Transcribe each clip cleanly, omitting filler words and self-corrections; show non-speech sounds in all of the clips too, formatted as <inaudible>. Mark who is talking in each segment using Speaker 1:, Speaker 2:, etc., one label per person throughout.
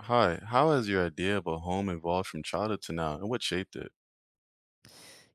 Speaker 1: Hi, how has your idea of a home evolved from childhood to now, and what shaped it?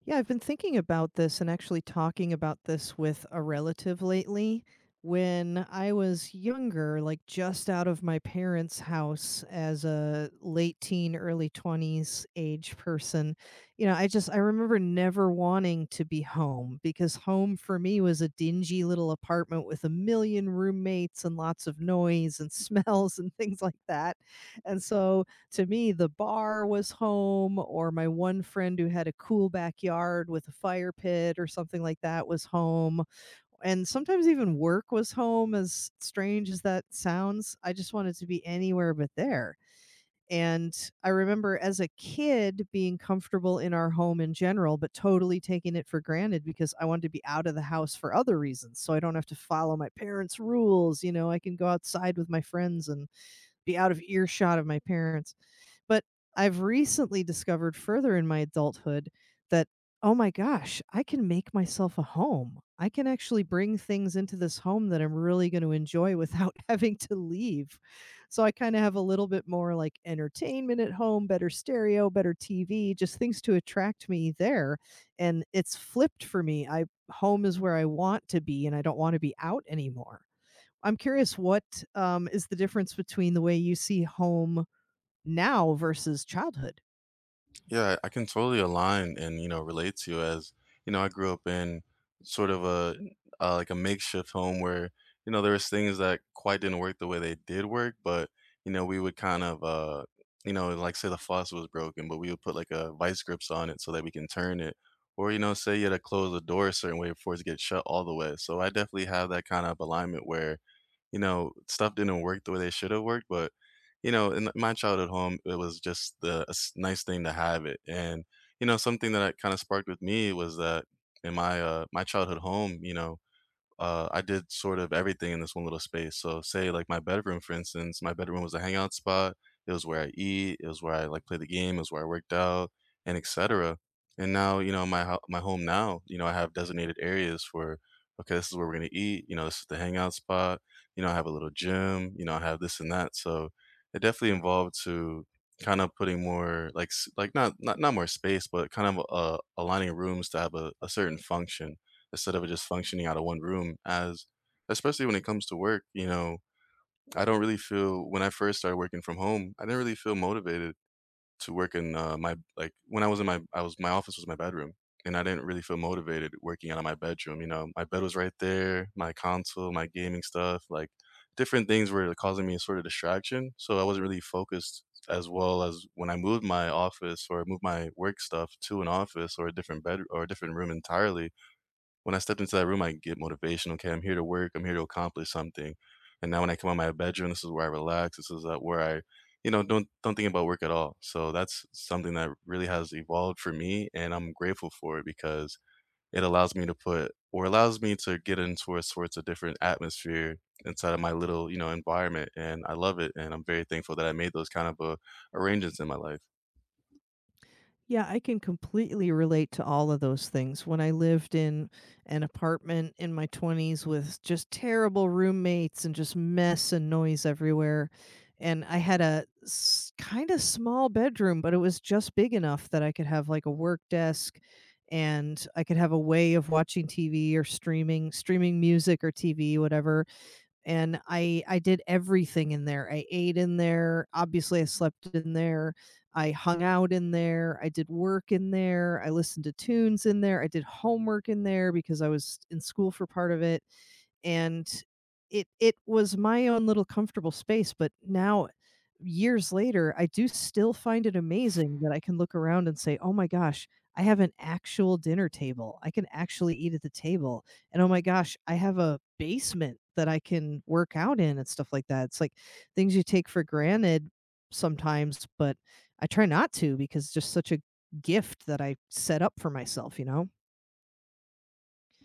Speaker 2: Yeah, I've been thinking about this and actually talking about this with a relative lately. When I was younger, like just out of my parents' house as a late teen, early 20s age person, you know, I remember never wanting to be home because home for me was a dingy little apartment with a million roommates and lots of noise and <laughs> smells and things like that. And so, to me, the bar was home, or my one friend who had a cool backyard with a fire pit or something like that was home. And sometimes even work was home, as strange as that sounds. I just wanted to be anywhere but there. And I remember as a kid being comfortable in our home in general, but totally taking it for granted because I wanted to be out of the house for other reasons. So I don't have to follow my parents' rules. You know, I can go outside with my friends and be out of earshot of my parents, but I've recently discovered further in my adulthood that, oh my gosh, I can make myself a home. I can actually bring things into this home that I'm really going to enjoy without <laughs> having to leave. So I kind of have a little bit more like entertainment at home, better stereo, better TV, just things to attract me there. And it's flipped for me. I Home is where I want to be and I don't want to be out anymore. I'm curious what is the difference between the way you see home now versus childhood.
Speaker 1: Yeah, I can totally align and, you know, relate to you as, you know, I grew up in sort of a like a makeshift home where, you know, there was things that quite didn't work the way they did work, but, you know, we would kind of you know, like say the faucet was broken, but we would put like a vice grips on it so that we can turn it. Or, you know, say you had to close the door a certain way before it gets shut all the way. So I definitely have that kind of alignment where, you know, stuff didn't work the way they should have worked, but you know, in my childhood home, it was just the nice thing to have it. And you know, something that kind of sparked with me was that in my my childhood home, you know, I did sort of everything in this one little space. So, say like my bedroom, for instance, my bedroom was a hangout spot. It was where I eat. It was where I like play the game. It was where I worked out, and etc. And now, you know, my home now, you know, I have designated areas for. Okay, this is where we're gonna eat. You know, this is the hangout spot. You know, I have a little gym. You know, I have this and that. So, it definitely involved to kind of putting more like like not more space, but kind of aligning rooms to have a certain function instead of it just functioning out of one room as especially when it comes to work, you know, I don't really feel when I first started working from home, I didn't really feel motivated to work in my like when I was in my I was my office was my bedroom, and I didn't really feel motivated working out of my bedroom, you know. My bed was right there, my console, my gaming stuff, like different things were causing me a sort of distraction, so I wasn't really focused as well as when I moved my office or moved my work stuff to an office or a different bed or a different room entirely. When I stepped into that room, I get motivation. Okay, I'm here to work. I'm here to accomplish something. And now when I come out of my bedroom, this is where I relax. This is where I, you know, don't think about work at all. So that's something that really has evolved for me, and I'm grateful for it because it allows me to put or allows me to get into a sorts of different atmosphere inside of my little, you know, environment. And I love it. And I'm very thankful that I made those kind of arrangements in my life.
Speaker 2: Yeah, I can completely relate to all of those things. When I lived in an apartment in my 20s with just terrible roommates and just mess and noise everywhere. And I had a kind of small bedroom, but it was just big enough that I could have like a work desk, and I could have a way of watching TV or streaming music or TV, whatever. And I did everything in there. I ate in there. Obviously, I slept in there. I hung out in there. I did work in there. I listened to tunes in there. I did homework in there because I was in school for part of it. And it was my own little comfortable space, but now years later, I do still find it amazing that I can look around and say, "Oh my gosh, I have an actual dinner table. I can actually eat at the table." And, "Oh my gosh, I have a basement that I can work out in," and stuff like that. It's like things you take for granted sometimes, but I try not to because it's just such a gift that I set up for myself, you know?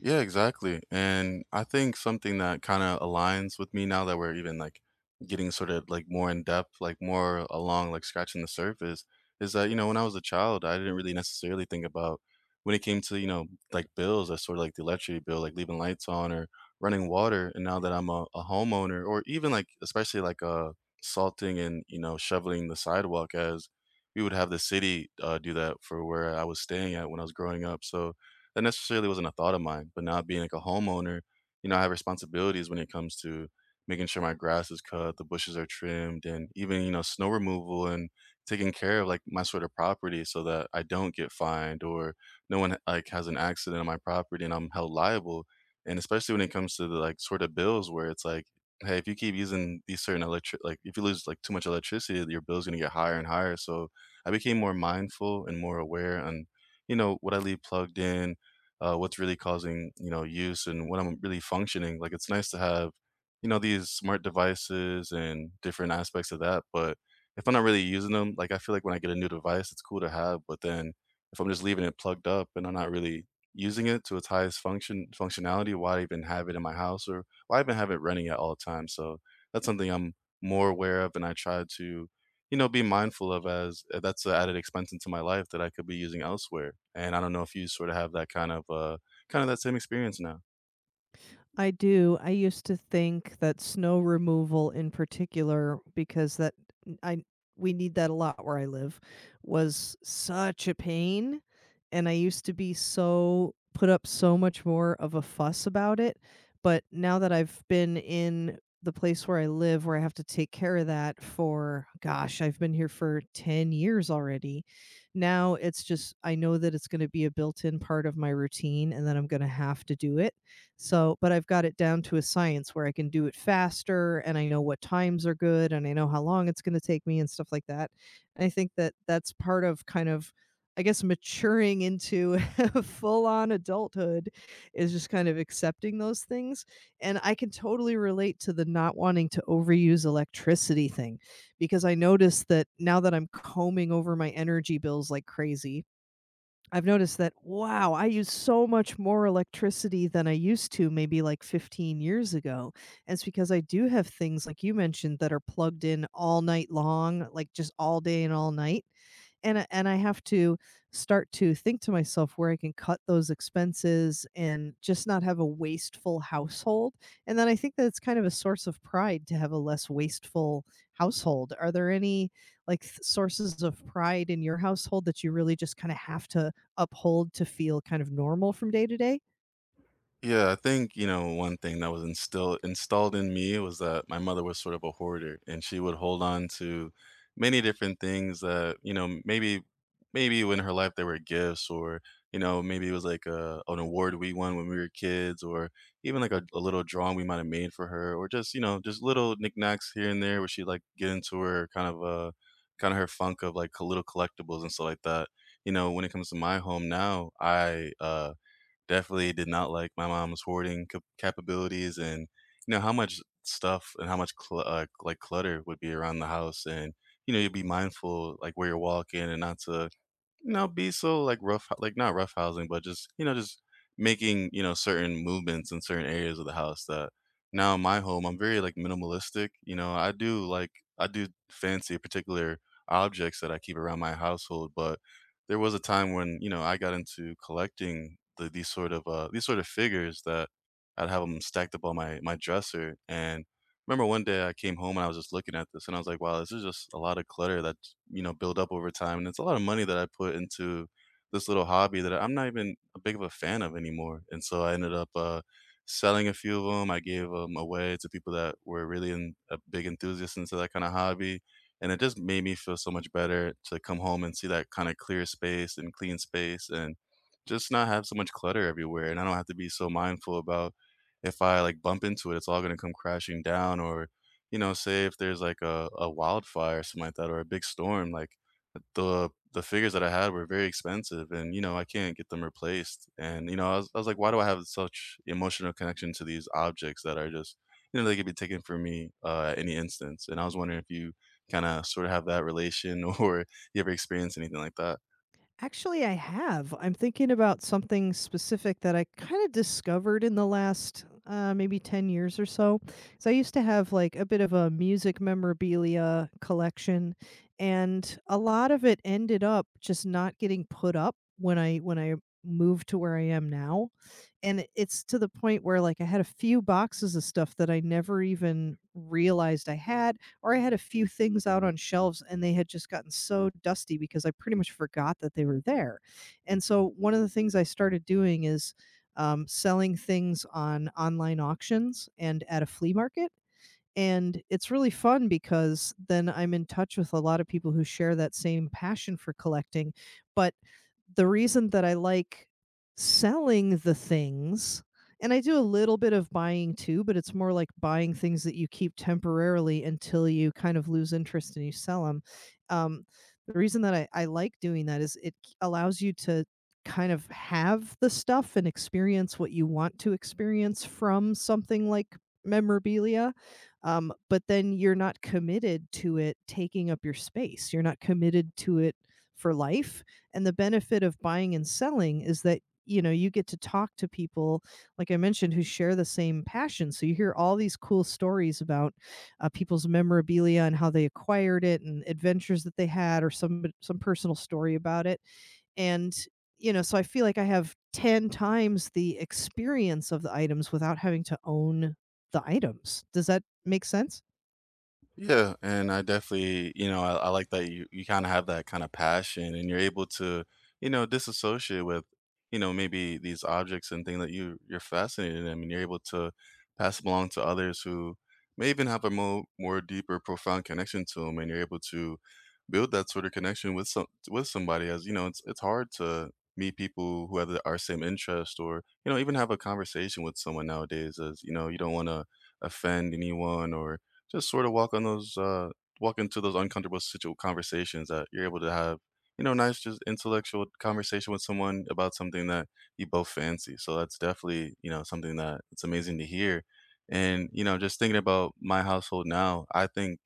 Speaker 1: Yeah, exactly. And I think something that kind of aligns with me now that we're even like getting sort of like more in depth, like more along, like scratching the surface, is that, you know, when I was a child, I didn't really necessarily think about when it came to, you know, like bills, or sort of like the electricity bill, like leaving lights on or running water. And now that I'm a homeowner, or even like, especially like salting and, you know, shoveling the sidewalk as we would have the city do that for where I was staying at when I was growing up. So, that necessarily wasn't a thought of mine, but now being like a homeowner, you know, I have responsibilities when it comes to making sure my grass is cut, the bushes are trimmed, and even, you know, snow removal and taking care of like my sort of property so that I don't get fined or no one like has an accident on my property and I'm held liable. And especially when it comes to the like sort of bills where it's like, hey, if you keep using these certain electric, like if you lose like too much electricity, your bill's gonna get higher and higher. So I became more mindful and more aware on, you know, what I leave plugged in, what's really causing you know use and what I'm really functioning like. It's nice to have you know these smart devices and different aspects of that, but if I'm not really using them, like I feel like when I get a new device it's cool to have, but then if I'm just leaving it plugged up and I'm not really using it to its highest functionality, why even have it in my house, or why even have it running at all times? So that's something I'm more aware of and I try to, you know, be mindful of, as that's an added expense into my life that I could be using elsewhere. And I don't know if you sort of have that kind of that same experience now.
Speaker 2: I do. I used to think that snow removal in particular, because that I we need that a lot where I live, was such a pain, and I used to be so put up so much more of a fuss about it, but now that I've been in the place where I live where I have to take care of that for gosh, I've been here for 10 years already. Now it's just I know that it's going to be a built-in part of my routine and that I'm going to have to do it so, but I've got it down to a science where I can do it faster and I know what times are good and I know how long it's going to take me and stuff like that. And I think that that's part of kind of, I guess, maturing into <laughs> full on adulthood is just kind of accepting those things. And I can totally relate to the not wanting to overuse electricity thing because I noticed that now that I'm combing over my energy bills like crazy, I've noticed that, wow, I use so much more electricity than I used to maybe like 15 years ago. And it's because I do have things like you mentioned that are plugged in all night long, like just all day and all night. And I have to start to think to myself where I can cut those expenses and just not have a wasteful household. And then I think that it's kind of a source of pride to have a less wasteful household. Are there any like sources of pride in your household that you really just kind of have to uphold to feel kind of normal from day to day?
Speaker 1: Yeah, I think, you know, one thing that was instilled installed in me was that my mother was sort of a hoarder, and she would hold on to many different things that, you know, maybe in her life they were gifts, or, you know, maybe it was like an award we won when we were kids, or even like a little drawing we might have made for her, or just, you know, just little knickknacks here and there where she like get into her kind of her funk of like little collectibles and stuff like that. You know, when it comes to my home now, I definitely did not like my mom's hoarding cap capabilities, and, you know, how much stuff and how much clu like, clutter would be around the house, and, you know, you'd be mindful, like, where you're walking and not to no, be so, like, rough, like, not roughhousing, but just, you know, just making, you know, certain movements in certain areas of the house. That now in my home, I'm very, like, minimalistic, you know, I do, like, I do fancy particular objects that I keep around my household. But there was a time when, you know, I got into collecting these sort of figures that I'd have them stacked up on my dresser, and remember one day I came home and I was just looking at this, and I was like, "Wow, this is just a lot of clutter that, you know, build up over time, and it's a lot of money that I put into this little hobby that I'm not even a big of a fan of anymore." And so I ended up, selling a few of them. I gave them away to people that were really en big enthusiasts into that kinda hobby, and it just made me feel so much better to come home and see that kinda clear space and clean space, and just not have so much clutter everywhere, and I don't have to be so mindful about, if I, like, bump into it, it's all gonna come crashing down. Or you know, say if there's like a wildfire or something like that, or a big storm, like, the figures that I had were very expensive, and you know, I can't get them replaced. And you know, I was like, why do I have such emotional connection to these objects that are just, you know, they could be taken from me at any instance? And I was wondering if you kind of sort of have that relation <laughs> or you ever experienced anything like that.
Speaker 2: Actually, I have. I'm thinking about something specific that I kind of discovered in the last maybe 10 years or so. So I used to have like a bit of a music memorabilia collection, and a lot of it ended up just not getting put up when I moved to where I am now. And it- it's to the point where like I had a few boxes of stuff that I never even realized I had, or I had a few things out on shelves and they had just gotten so dusty because I pretty much forgot that they were there. And so one of the things I started doing is selling things on online auctions and at a flea market. And it's really fun because then I'm in touch with a lot of people who share that same passion for collecting, but the reason that I like selling the things, and I do a little bit of buying too, but it's more like buying things that you keep temporarily until you kind of lose interest and you sell them. Um, the reason that I like doing that is it allows you to kind of have the stuff and experience what you want to experience from something like memorabilia. But then you're not committed to it taking up your space. You're not committed to it for life, and the benefit of buying and selling is that you know you get to talk to people like I mentioned who share the same passion, so you hear all these cool stories about people's memorabilia and how they acquired it and adventures that they had or some personal story about it. And you know, so I feel like I have 10 times the experience of the items without having to own the items. Does that make sense?
Speaker 1: Yeah, and I definitely, you know, I like that you kind of have that kind of passion, and you're able to, you know, disassociate with, you know, maybe these objects and things that you're fascinated in. I mean, you're able to pass them along to others who may even have a more deeper, profound connection to them, and you're able to build that sort of connection with some with somebody. As you know, it's hard to meet people who have our same interest, or you know, even have a conversation with someone nowadays. As you know, you don't want to offend anyone, or just sort of walk into those uncomfortable conversations. That you're able to have, you know, nice just intellectual conversation with someone about something that you both fancy. So that's definitely, you know, something that it's amazing to hear. And you know, just thinking about my household now, I think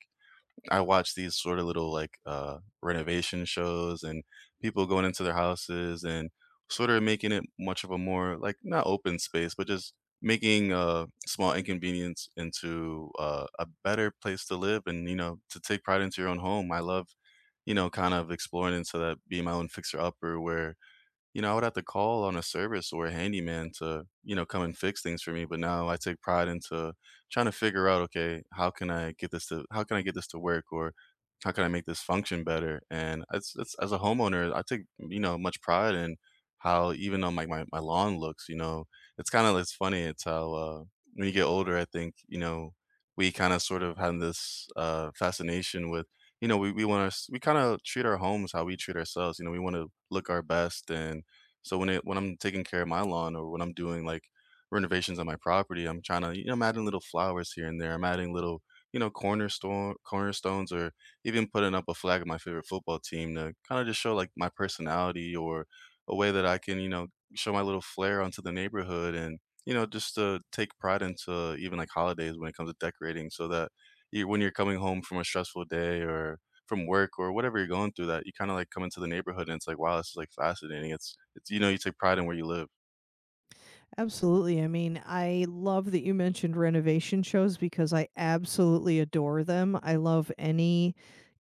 Speaker 1: I watch these sort of little like renovation shows, and people going into their houses and sort of making it much of a more like not open space, but just making a small inconvenience into a better place to live, and you know, to take pride into your own home. I love, you know, kind of exploring into that, being my own fixer upper, where, you know, I would have to call on a service or a handyman to, you know, come and fix things for me. But now I take pride into trying to figure out, okay, how can I get this to work, or how can I make this function better? And it's, as a homeowner, I take, you know, much pride in how, even though my my lawn looks, you know, it's kind of, it's funny. It's how when you get older, I think, you know, we kind of have this fascination with, you know, we want to we kind of treat our homes how we treat ourselves. You know, we want to look our best. And so when it when I'm taking care of my lawn, or when I'm doing like renovations on my property, I'm trying to, you know, I'm adding little flowers here and there. I'm adding little, you know, cornerstones, or even putting up a flag of my favorite football team, to kind of just show like my personality, or a way that I can, you know, show my little flair onto the neighborhood. And you know, just to take pride into even like holidays when it comes to decorating, so that you, when you're coming home from a stressful day, or from work, or whatever you're going through, that you kinda, like, come into the neighborhood and it's like, "Wow, this is, like, fascinating." It's you know, you take pride in where you live.
Speaker 2: Absolutely. I mean, I love that you mentioned renovation shows because I absolutely adore them. I love any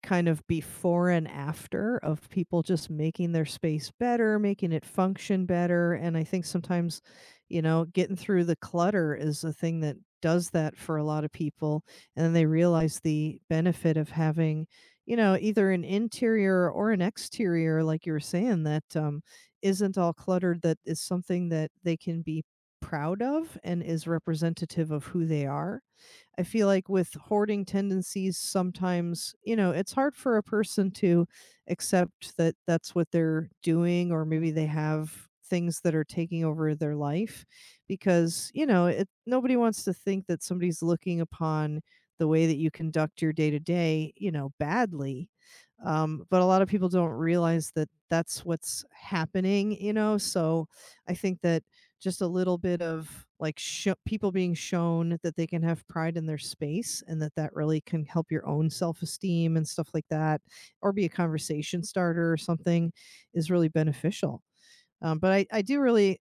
Speaker 2: kind of before and after of people just making their space better, making it function better. And I think sometimes, you know, getting through the clutter is a thing that does that for a lot of people. And then they realize the benefit of having, you know, either an interior or an exterior, like you were saying, that isn't all cluttered, that is something that they can be proud of and is representative of who they are. I feel like with hoarding tendencies, sometimes, you know, it's hard for a person to accept that that's what they're doing, or maybe they have things that are taking over their life because, you know, it, nobody wants to think that somebody's looking upon the way that you conduct your day to day, you know, badly. But a lot of people don't realize that that's what's happening, you know. So I think that just a little bit of like sho people being shown that they can have pride in their space and that that really can help your own self-esteem and stuff like that, or be a conversation starter or something, is really beneficial. But I do really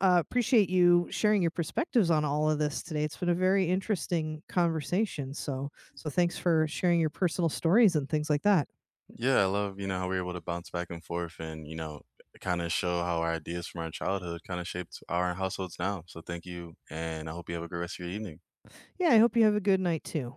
Speaker 2: appreciate you sharing your perspectives on all of this today. It's been a very interesting conversation, so so thanks for sharing your personal stories and things like that.
Speaker 1: Yeah, I love, you know, how we're able to bounce back and forth and, you know, kinda show how our ideas from our childhood kinda shaped our households now. So thank you, and I hope you have a great rest of your evening.
Speaker 2: Yeah, I hope you have a good night too.